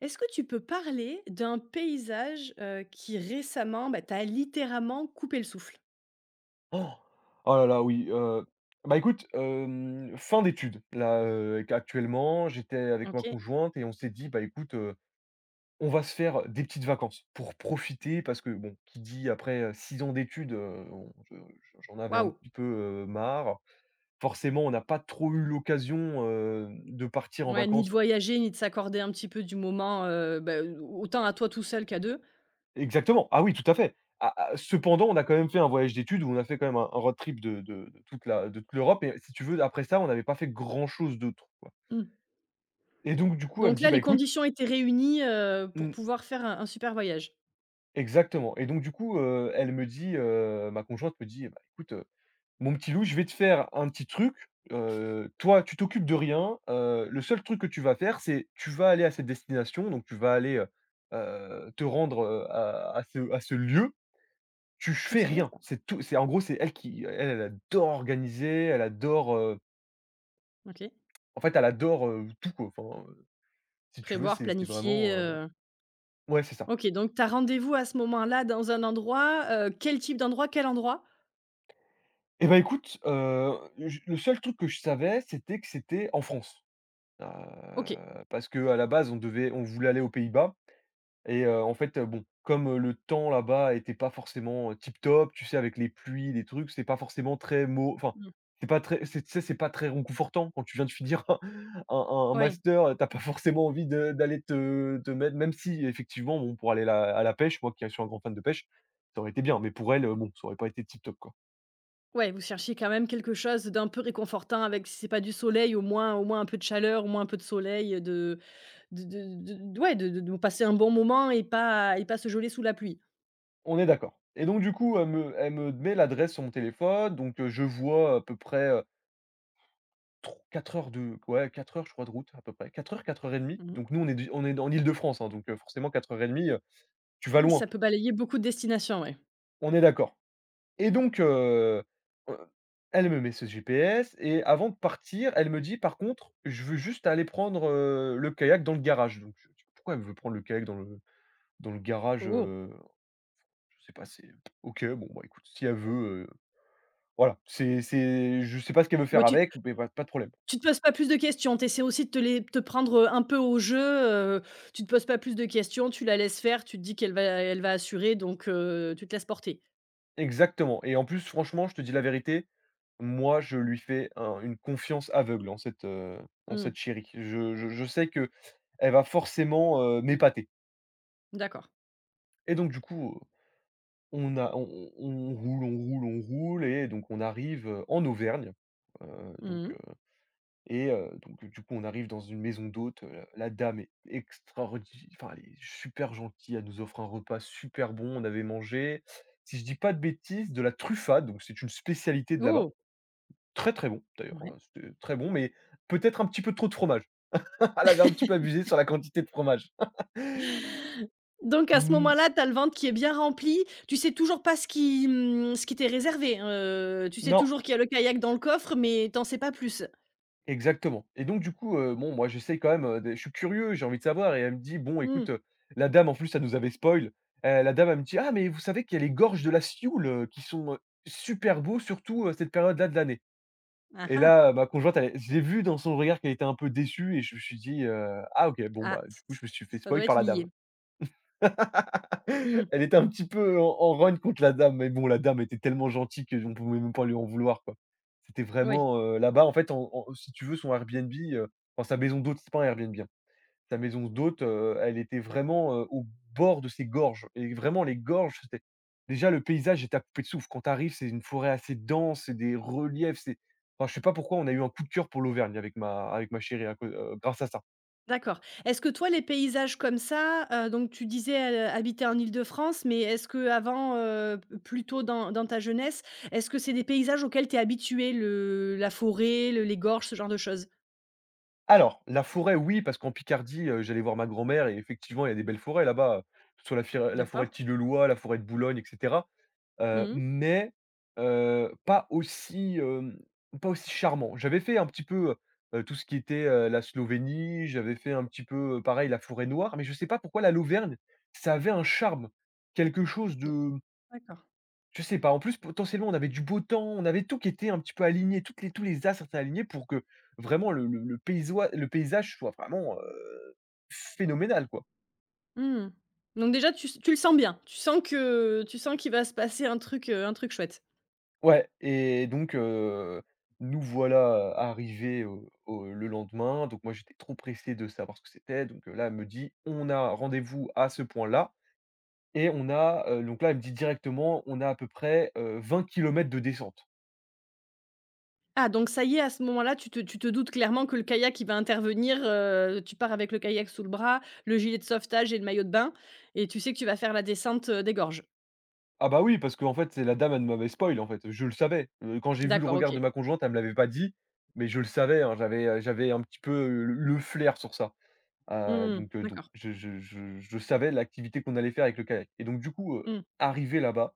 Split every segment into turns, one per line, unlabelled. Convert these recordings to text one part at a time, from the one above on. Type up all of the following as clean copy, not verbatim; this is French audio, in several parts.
Est-ce que tu peux parler d'un paysage, qui récemment, t'a littéralement coupé le souffle?
Oh, oh là là, oui, bah, écoute, fin d'études là, q actuellement, j'étais avec ma
OK.
conjointe et on s'est dit: «Bah, écoute, on va se faire des petites vacances pour profiter», parce que bon, qui dit après, 6 ans d'études, on je j'en avais un
Waouh!
petit peu, marre. Forcément, on n'a pas trop eu l'occasion, de partir en
Ouais, ni de
vacances.
voyager, ni de s'accorder un petit peu du moment, autant à toi tout seul qu'à 2.
Exactement, ah oui, tout à fait. A a Cependant, on a quand même fait un voyage d'études où on a fait quand même un road trip de toute l'Europe, et si tu veux, après ça, on n'avait pas fait grand chose d'autre.
Mmh.
Et donc du coup, elle me
Donc
dit:
là,
«Bah
les
écoute».
conditions étaient réunies, pour
Mmh.
pouvoir faire un super voyage.
Exactement. Et donc du coup, elle me dit, ma conjointe me dit: «Bah écoute, mon petit loup, je vais te faire un petit truc, toi tu t'occupes de rien, le seul truc que tu vas faire, c'est tu vas aller à cette destination, donc tu vas aller, te rendre, à ce lieu, tu
Oh,
fais
c'est bien
rien».
ça.
C'est tout, c'est en gros, c'est elle qui elle, elle adore organiser, elle adore,
OK.
en fait, elle adore, tout quoi. Enfin, si tu veux,
Prévoir,
c'est
planifier,
vraiment, ouais, c'est ça.
OK, donc tu as rendez-vous à ce moment-là dans un endroit, quel type d'endroit? Quel endroit?
Et ben écoute, j le seul truc que je savais, c'était que c'était en France. Heu,
OK.
Parce que à la base, on voulait aller aux Pays-Bas et en fait, bon, comme, le temps là-bas était pas forcément, tip top, tu sais, avec les pluies, les trucs, c'est pas forcément très mau enfin,
Mmh.
c'est pas très c'est tu sais, c'est pas très réconfortant quand tu viens de finir un
Ouais.
master, tu pas forcément envie de d'aller te mettre même si effectivement, bon, pour aller là à la pêche, moi qui suis un grand fan de pêche, ça aurait été bien, mais pour elle, bon, ça aurait pas été tip top, quoi.
Ouais, vous cherchiez quand même quelque chose d'un peu réconfortant avec, si c'est pas du soleil, au moins un peu de chaleur, au moins un peu de soleil, de de ouais, de de passer un bon moment et pas se geler sous la pluie.
On est d'accord et donc du coup, elle me met l'adresse sur mon téléphone, donc je vois à peu près, tro 4 heures de, ouais, 4 heures je crois, de route à peu près, 4 heures et demie.
Mmh,
Donc nous on est en Île-de-France, hein, donc forcément 4 heures et demie, tu vas
et ça
loin,
peut balayer beaucoup de destinations, ouais.
on est d'accord et donc heu, elle me met ce GPS et avant de partir, elle me dit: «Par contre, je veux juste aller prendre, le kayak dans le garage». Donc je dis: «Pourquoi elle veut prendre le kayak dans le garage?»
Oh!
Je sais pas, c'est OK, bon bah écoute, si elle veut, voilà, c'est je sais pas ce qu'elle veut
Bon,
faire
tu
avec, mais pas de problème.
tu te poses pas plus de questions, tu essaies aussi de te prendre, un peu au jeu, tu te poses pas plus de questions, tu la laisses faire, tu te dis qu'elle va assurer donc tu te laisses porter.
Exactement et en plus, franchement, je te dis la vérité, moi, je lui fais un une confiance aveugle en
Mmh,
cette chérie. Je sais que elle va forcément, m'épater
d'accord.
et donc du coup, on a on on roule, on roule, on roule et donc on arrive, en Auvergne, heu, donc
Mmh.
euh, et donc du coup, on arrive dans une maison d'hôte. La dame est extraordi enfin, elle est super gentille, elle nous offre un repas super bon, on avait mangé, si je dis pas de bêtises, de la truffade, donc c'est une spécialité de là-bas.
Oh!
Très, très bon d'ailleurs,
Ouais.
c'était très bon, mais peut-être un petit peu trop de fromage. Elle avait un petit peu abusé sur la quantité de fromage.
Donc à ce
Mmh,
moment-là, tu as le ventre qui est bien rempli. Tu sais toujours pas ce qui, mmh, ce qui t'est réservé, tu sais
non.
toujours qu'il y a le kayak dans le coffre, mais t'en sais pas plus.
Exactement et donc du coup, bon moi j'essaie quand même, de je suis curieux, j'ai envie de savoir et elle me dit: «Bon
Mmh.
écoute», la dame en plus ça nous avait spoil, la dame elle me dit: «Ah mais vous savez qu'il y a les gorges de la Sioule, qui sont, super beaux surtout, cette période-là de l'année»
Ah
et
ah.
là, ma conjointe elle j'ai vu dans son regard qu'elle était un peu déçue et je me suis dit, «Ah OK», bon
Ah,
bah
ç
du
ç
coup je me suis fait
Ça
spoil
doit être
par la dame.
lié. Mmh.
Elle était un petit peu en rogne contre la dame, mais bon, la dame était tellement gentille que on pouvait même pas lui en vouloir, quoi. C'était
Oui,
vraiment, là-bas, en fait, en en si tu veux, son Airbnb, enfin sa maison d'hôte, c'est pas un Airbnb, hein. Sa maison d'hôte, elle était vraiment, au bord de ces gorges et vraiment les gorges, c'était déjà le paysage était à couper le souffle. Quand tu arrives, c'est une forêt assez dense, c'est des reliefs, c'est enfin, je sais pas pourquoi on a eu un coup de cœur pour l'Auvergne avec ma chérie à cau grâce à ça.
d'accord. Est-ce que toi, les paysages comme ça, donc tu disais, habiter en Île-de-France, mais est-ce que avant, p plutôt dans ta jeunesse, est-ce que c'est des paysages auxquels tu es habitué? Le La forêt, le les gorges, ce genre de choses?
Alors, la forêt, oui, parce qu'en Picardie, j'allais voir ma grand-mère et effectivement, il y a des belles forêts là-bas, que ce soit la forêt de
D'accord.
Tilleloy, la forêt de Boulogne et cetera. Heu,
Mmh.
mais, pas aussi, pas aussi charmant. J'avais fait un petit peu, tout ce qui était, la Slovénie, j'avais fait un petit peu, pareil la forêt noire, mais je sais pas pourquoi la l'Auvergne, ça avait un charme, quelque chose de
D'accord.
je sais pas. En plus, potentiellement, on avait du beau temps, on avait tout qui était un petit peu aligné, toutes les tous les astres étaient alignés pour que vraiment le paysage soit vraiment, phénoménal, quoi.
Mmh. Donc déjà tu le sens bien? Tu sens que tu sens qu'il va se passer un truc chouette?
Ouais et donc nous voilà arrivés au au le lendemain. Donc moi, j'étais trop pressé de savoir ce que c'était. Donc là, elle me dit: «On a rendez-vous à ce point-là» et on a, donc là, elle me dit directement: «On a à peu près, 20 kilomètres de descente».
Ah donc ça y est, à ce moment-là, tu te doutes clairement que le kayak, il va intervenir, tu pars avec le kayak sous le bras, le gilet de sauvetage et le maillot de bain et tu sais que tu vas faire la descente, des gorges?
Ah bah oui, parce qu'en fait, c'est la dame, elle m'avait spoil, en fait. Je le savais. Quand j'ai vu le
D'accord,
regard
OK.
de ma conjointe, elle me l'avait pas dit, mais je le savais, hein. J'avais, j'avais un petit peu, le flair sur ça.
Mmh.
Donc
D'accord.
je savais l'activité qu'on allait faire avec le kayak et donc du coup,
Mmh.
arrivé là-bas,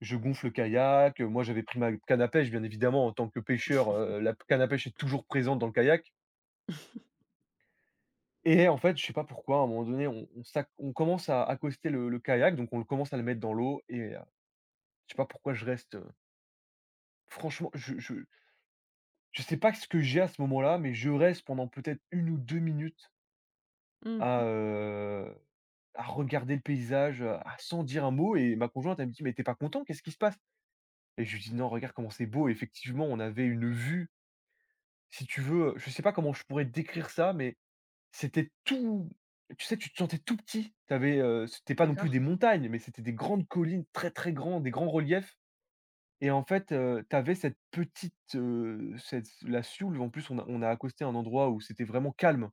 je gonfle le kayak, moi, j'avais pris ma canne à pêche, bien évidemment, en tant que pêcheur, la canne à pêche est toujours présente dans le kayak et en fait, je sais pas pourquoi, à un moment donné, on commence à accoster le kayak, donc on le commence à le mettre dans l'eau et je sais pas pourquoi je reste, franchement, je sais pas ce que j'ai à ce moment-là, mais je reste pendant peut-être une ou 2 minutes
Mmh.
à, heu, à regarder le paysage, à sans dire un mot et ma conjointe, elle me dit: «Mais t'es pas content? Qu'est-ce qui se passe?» et je lui dis: «Non, regarde comment c'est beau» et effectivement, on avait une vue, si tu veux, je sais pas comment je pourrais décrire ça, mais c'était tout tu sais, tu te sentais tout petit. C'était pas non plus
D'accord.
des montagnes, mais c'était des grandes collines très, très grandes, des grands reliefs. Et en fait, tu cette petite, cette la Sioule, en plus, on a accosté un endroit où c'était vraiment calme,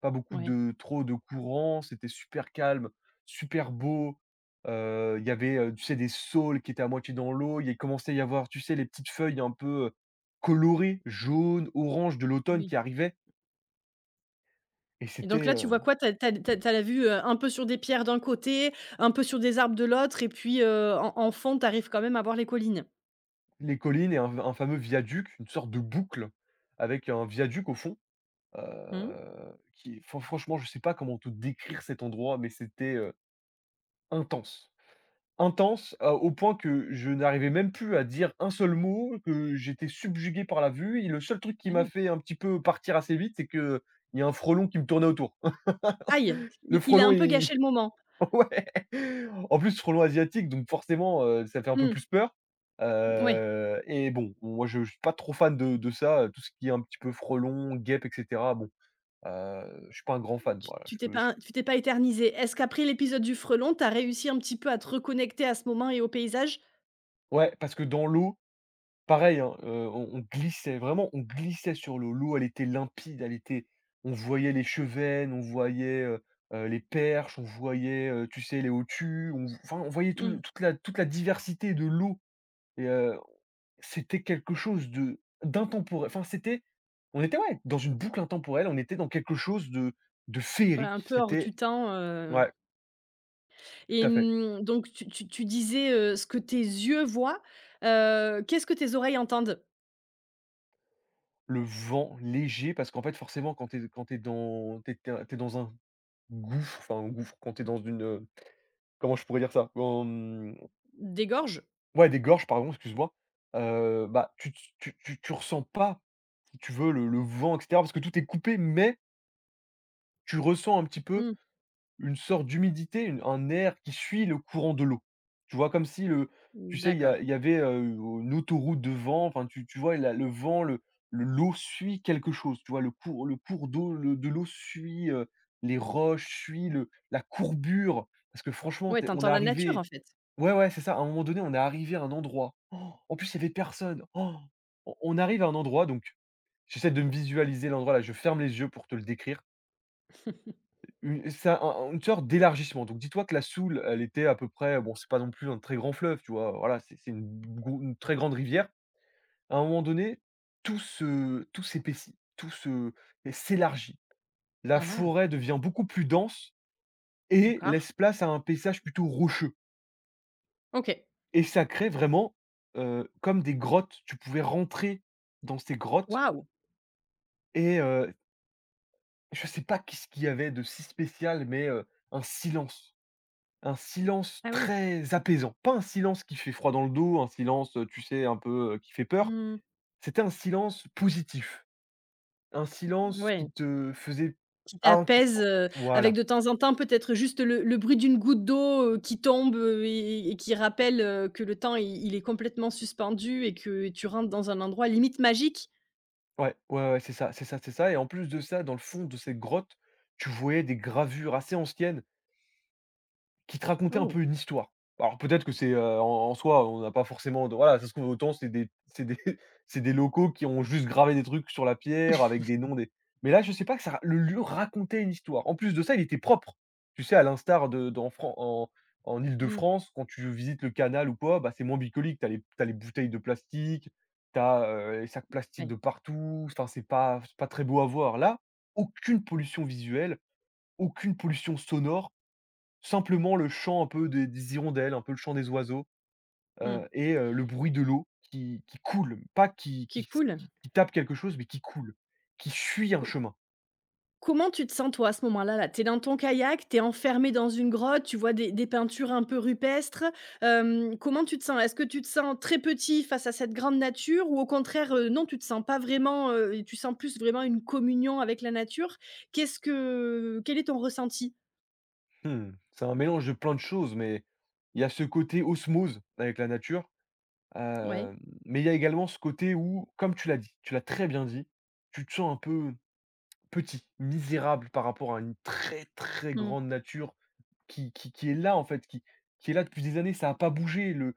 pas beaucoup
Oui.
de trop de courant, c'était super calme, super beau. Il y avait, tu sais, des saules qui étaient à moitié dans l'eau, il commençait à y avoir, tu sais, les petites feuilles un peu, colorées, jaunes, oranges de l'automne
Oui
qui arrivaient et
et donc
c'était,
là, tu vois quoi? T'as t'as t'as as la vue, un peu sur des pierres d'un côté, un peu sur des arbres de l'autre et puis, en en fond, t'arrives quand même à voir les collines?
les collines et un fameux viaduc, une sorte de boucle avec un viaduc au fond.
Mmh.
Qui fran Franchement, je sais pas comment te décrire cet endroit, mais c'était, intense. Intense à au point que je n'arrivais même plus à dire un seul mot, que j'étais subjugué par la vue et le seul truc
Ah
qui m'a
oui.
fait un petit peu partir assez vite, c'est que il y a un frelon qui me tournait autour.
Aïe!
Le
I il a
frelon,
un peu
il
gâché le moment.
ouais, en plus frelon asiatique, donc forcément, ça fait un peu
Mmh.
plus peur.
Ouais.
Et bon, moi je suis pas trop fan de ça, tout ce qui est un petit peu frelon, guêpe et cetera, bon, je suis pas un grand fan,
Tu
voilà,
tu
je
T'es
peux je.
pas tu t'es pas éternisée. Est-ce qu'après l'épisode du frelon, tu as réussi un petit peu à te reconnecter à ce moment et au paysage?
Ouais, parce que dans l'eau, pareil, hein, on glissait, vraiment, on glissait sur l'eau. L'eau, elle était limpide, elle était on voyait les chevennes, on voyait, les perches, on voyait, tu sais, les hautues, on enfin, on voyait
Mmh.
toute la diversité de l'eau et c'était quelque chose de d'intemporel. Enfin, c'était on était, ouais, dans une boucle intemporelle, on était dans quelque chose de
Ouais,
féerique.
un peu hors
C'était
du temps, heu.
ouais, tout
Et
à fait.
mmh, donc tu disais, ce que tes yeux voient, qu'est-ce que tes oreilles entendent?
Le vent léger parce qu'en fait, forcément, quand tu es quand t'es dans t'es t'es dans un gouffre, enfin un gouffre, quand tu es dans une, comment je pourrais dire ça?
Des gorges?
Ouais, des gorges, pardon, excuse-moi, bah, tu ressens pas, si tu veux, le vent et cetera parce que tout est coupé, mais tu ressens un petit peu
Mmh.
une sorte d'humidité, une un air qui suit le courant de l'eau. Tu vois? Comme si le tu sais, il y a
D'accord.
il y avait, une autoroute de vent, enfin, tu vois? La le vent, le l'eau suit quelque chose, tu vois? Le cours d'eau le de l'eau suit, les roches, suit le la courbure. Parce que franchement,
Ouais,
tu
tu
on
entends
est
la nature,
arrivé.
en fait?
Ouais, ouais, c'est ça. À un moment donné, on est arrivé à un endroit. Oh, en plus, il y avait personne. Oh, on arrive à un endroit, donc j'essaie de me visualiser l'endroit là, je ferme les yeux pour te le décrire. Une c'est un une sorte d'élargissement. Donc dis-toi que la Soule, elle était à peu près bon, c'est pas non plus un très grand fleuve, tu vois? Voilà, c'est une très grande rivière. À un moment donné, tout s'épaissit, tout se et s'élargit. La
Ah ah,
forêt devient beaucoup plus dense et
d'accord.
laisse place à un paysage plutôt rocheux
OK.
et ça crée vraiment, comme des grottes. Tu pouvais rentrer dans ces grottes
Waouh!
et je sais pas qu'est-ce qu'il y avait de si spécial, mais un silence. Un silence
Ah oui.
très apaisant. Pas un silence qui fait froid dans le dos, un silence, tu sais, un peu, qui fait peur.
Mmh.
C'était un silence positif, un silence qui
Ouais.
te faisait
Qui
int
t'apaise, avec
voilà.
de temps en temps peut-être juste le bruit d'une goutte d'eau, qui tombe, et qui rappelle, que le temps, il est complètement suspendu et que tu rentres dans un endroit limite magique.
Ouais, ouais, ouais, c'est ça, c'est ça, c'est ça, et en plus de ça, dans le fond de cette grotte, tu voyais des gravures assez anciennes. Qui te racontait un
Oh!
peu une histoire. Alors peut-être que c'est, en en soi, on n'a pas forcément de voilà, ça se trouve, autant c'est des c'est des locaux qui ont juste gravé des trucs sur la pierre avec des noms des mais là je sais pas que ça ra le lieu racontait une histoire. En plus de ça, il était propre. Tu sais, à l'instar de d'en Fran en en
Mmh,
Île-de-France, quand tu visites le canal ou quoi, bah, c'est moins bucolique. T'as les bouteilles de plastique, t'as as, les sacs plastiques
ouais,
de partout, enfin c'est pas très beau à voir. Là, aucune pollution visuelle, aucune pollution sonore. Simplement le chant un peu des hirondelles, un peu le chant des oiseaux,
mmh.
et le bruit de l'eau qui coule, pas qui
Qui est
qui
cool.
qui tape quelque chose, mais qui coule, qui suit un chemin.
Comment tu te sens toi à ce moment-là là? Tu, dans ton kayak, t'es enfermé dans une grotte, tu vois des peintures un peu rupestres, hem, comment tu te sens? Est-ce que tu te sens très petit face à cette grande nature ou au contraire, non tu te sens pas vraiment, heu, et tu sens plus vraiment une communion avec la nature? Qu'est-ce que quel est ton ressenti?
Mmh, c'est un mélange de plein de choses, mais il y a ce côté osmose avec la nature,
Ouais.
hem, mais il y a également ce côté où, comme tu l'as dit, tu l'as très bien dit, tu te sens un peu petit, misérable par rapport à une très, très
Mmh.
grande nature qui est là, en fait, qui est là depuis des années, ça a pas bougé. Le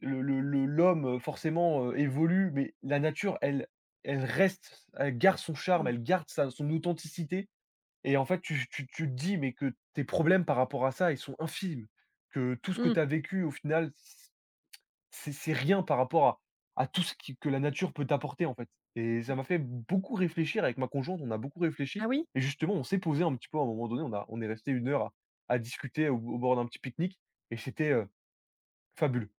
le le le l'homme, forcément, évolue, mais la nature, elle elle reste, elle garde son
Ah
charme,
oui.
elle garde sa son authenticité et en fait, tu te dis mais que tes problèmes par rapport à ça, ils sont infimes, que tout ce que
Mmh.
tu as vécu au final, c'est rien par rapport à tout ce qui que la nature peut t'apporter, en fait, et ça m'a fait beaucoup réfléchir avec ma conjointe, on a beaucoup
Ah
réfléchi
oui?
et justement, on s'est posé un petit peu à un moment donné, on a on est resté une heure à discuter au au bord d'un petit pique-nique et c'était, fabuleux.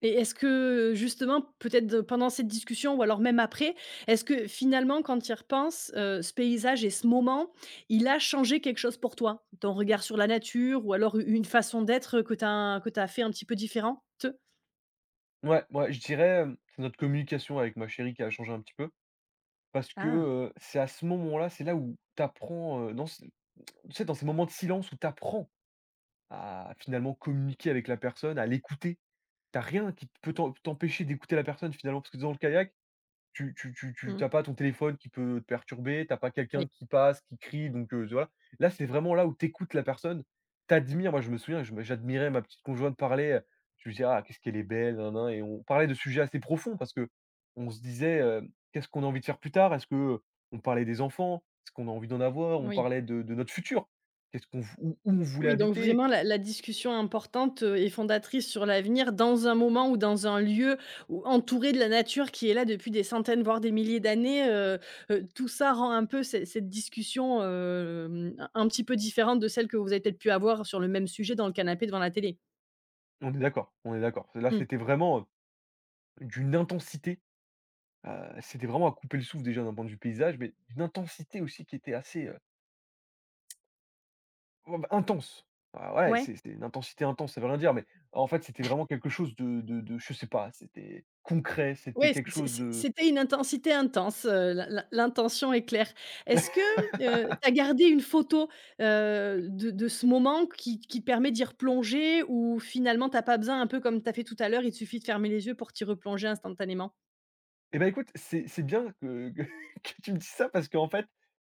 Et est-ce que, justement, peut-être de pendant cette discussion ou alors même après, est-ce que finalement quand tu y repenses, ce paysage et ce moment, il a changé quelque chose pour toi? Ton regard sur la nature ou alors une façon d'être, que tu as que tu fait un petit peu différente?
Ouais, ouais, je dirais, c'est notre communication avec ma chérie qui a changé un petit peu parce que,
Ah!
c'est à ce moment-là, c'est là où tu apprends, dans ce tu sais, dans ces moments de silence où tu apprends à finalement communiquer avec la personne, à l'écouter. T'as rien qui peut t'empêcher d'écouter la personne finalement parce que dans le kayak, tu
Mmh.
t'as pas ton téléphone qui peut te perturber, t'as pas
Oui,
quelqu'un qui passe, qui crie, donc tu là, c'est vraiment là où t'écoutes la personne, t'admires moi je me souviens, je me j'admirais ma petite conjointe parler, je me disais: «Ah, qu'est-ce qu'elle est belle, nin nin» et on parlait de sujets assez profonds parce que on se disait, hem: «Qu'est-ce qu'on a envie de faire plus tard?» Est-ce que, on parlait des enfants, est-ce qu'on a envie d'en avoir? On
oui.
parlait de notre futur. Qu'est-ce qu'on vou où on voulait
Oui, donc
habiter?
vraiment la la discussion importante, heu, et fondatrice sur l'avenir dans un moment ou dans un lieu où entouré de la nature qui est là depuis des centaines, voire des milliers d'années, tout ça rend un peu cette discussion, hem, un petit peu différente de celle que vous avez peut-être pu avoir sur le même sujet dans le canapé devant la télé?
On est d'accord, on est d'accord. Là,
Mmh.
c'était vraiment, d'une intensité c'était vraiment à couper le souffle déjà d'un point de vue paysage, mais une intensité aussi qui était assez, oh bah, intense. Ah ouais,
Ouais.
c'est une intensité intense, ça veut rien dire, mais en fait, c'était vraiment quelque chose de de je sais pas, c'était concret, c'était
Oui,
quelque chose de
c'était une intensité intense, l'intention est claire. Est-ce que, tu as gardé une photo, de ce moment qui te permet d'y replonger ou finalement t'as pas besoin, un peu comme tu as fait tout à l'heure, il te suffit de fermer les yeux pour t'y replonger instantanément?
Eh ben, écoute, c'est bien que que tu me dises ça parce qu'en fait,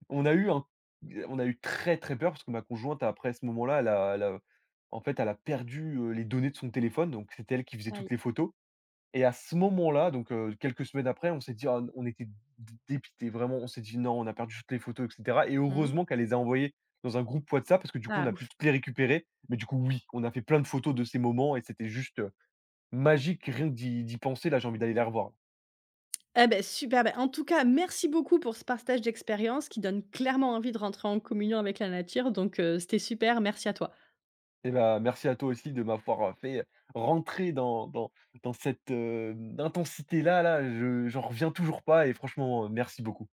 on a eu un on a eu très, très peur parce que ma conjointe après ce moment-là, elle a en fait, elle a perdu, les données de son téléphone, donc c'était elle qui faisait toutes
Aïe.
les photos. Et à ce moment-là, donc quelques semaines après, on s'est dit: «Ah», on était dé dépités, vraiment, on s'est dit: «Non, on a perdu toutes les photos» et cetera, et
Mmh.
heureusement qu'elle les a envoyées dans un groupe WhatsApp parce que, du coup, on
Ah,
a pu
ouf.
toutes les récupérer. Mais du coup, oui, on a fait plein de photos de ces moments et c'était juste, magique rien que d'y d'y penser. Là, j'ai envie d'aller les revoir.
Eh beh, super, bah, en tout cas, merci beaucoup pour ce partage d'expérience qui donne clairement envie de rentrer en communion avec la nature donc c'était super, merci à toi.
Et bah, merci à toi aussi de m'avoir, fait, rentrer dans dans cette, intensité-là, là. Je J'en reviens toujours pas et franchement, merci beaucoup.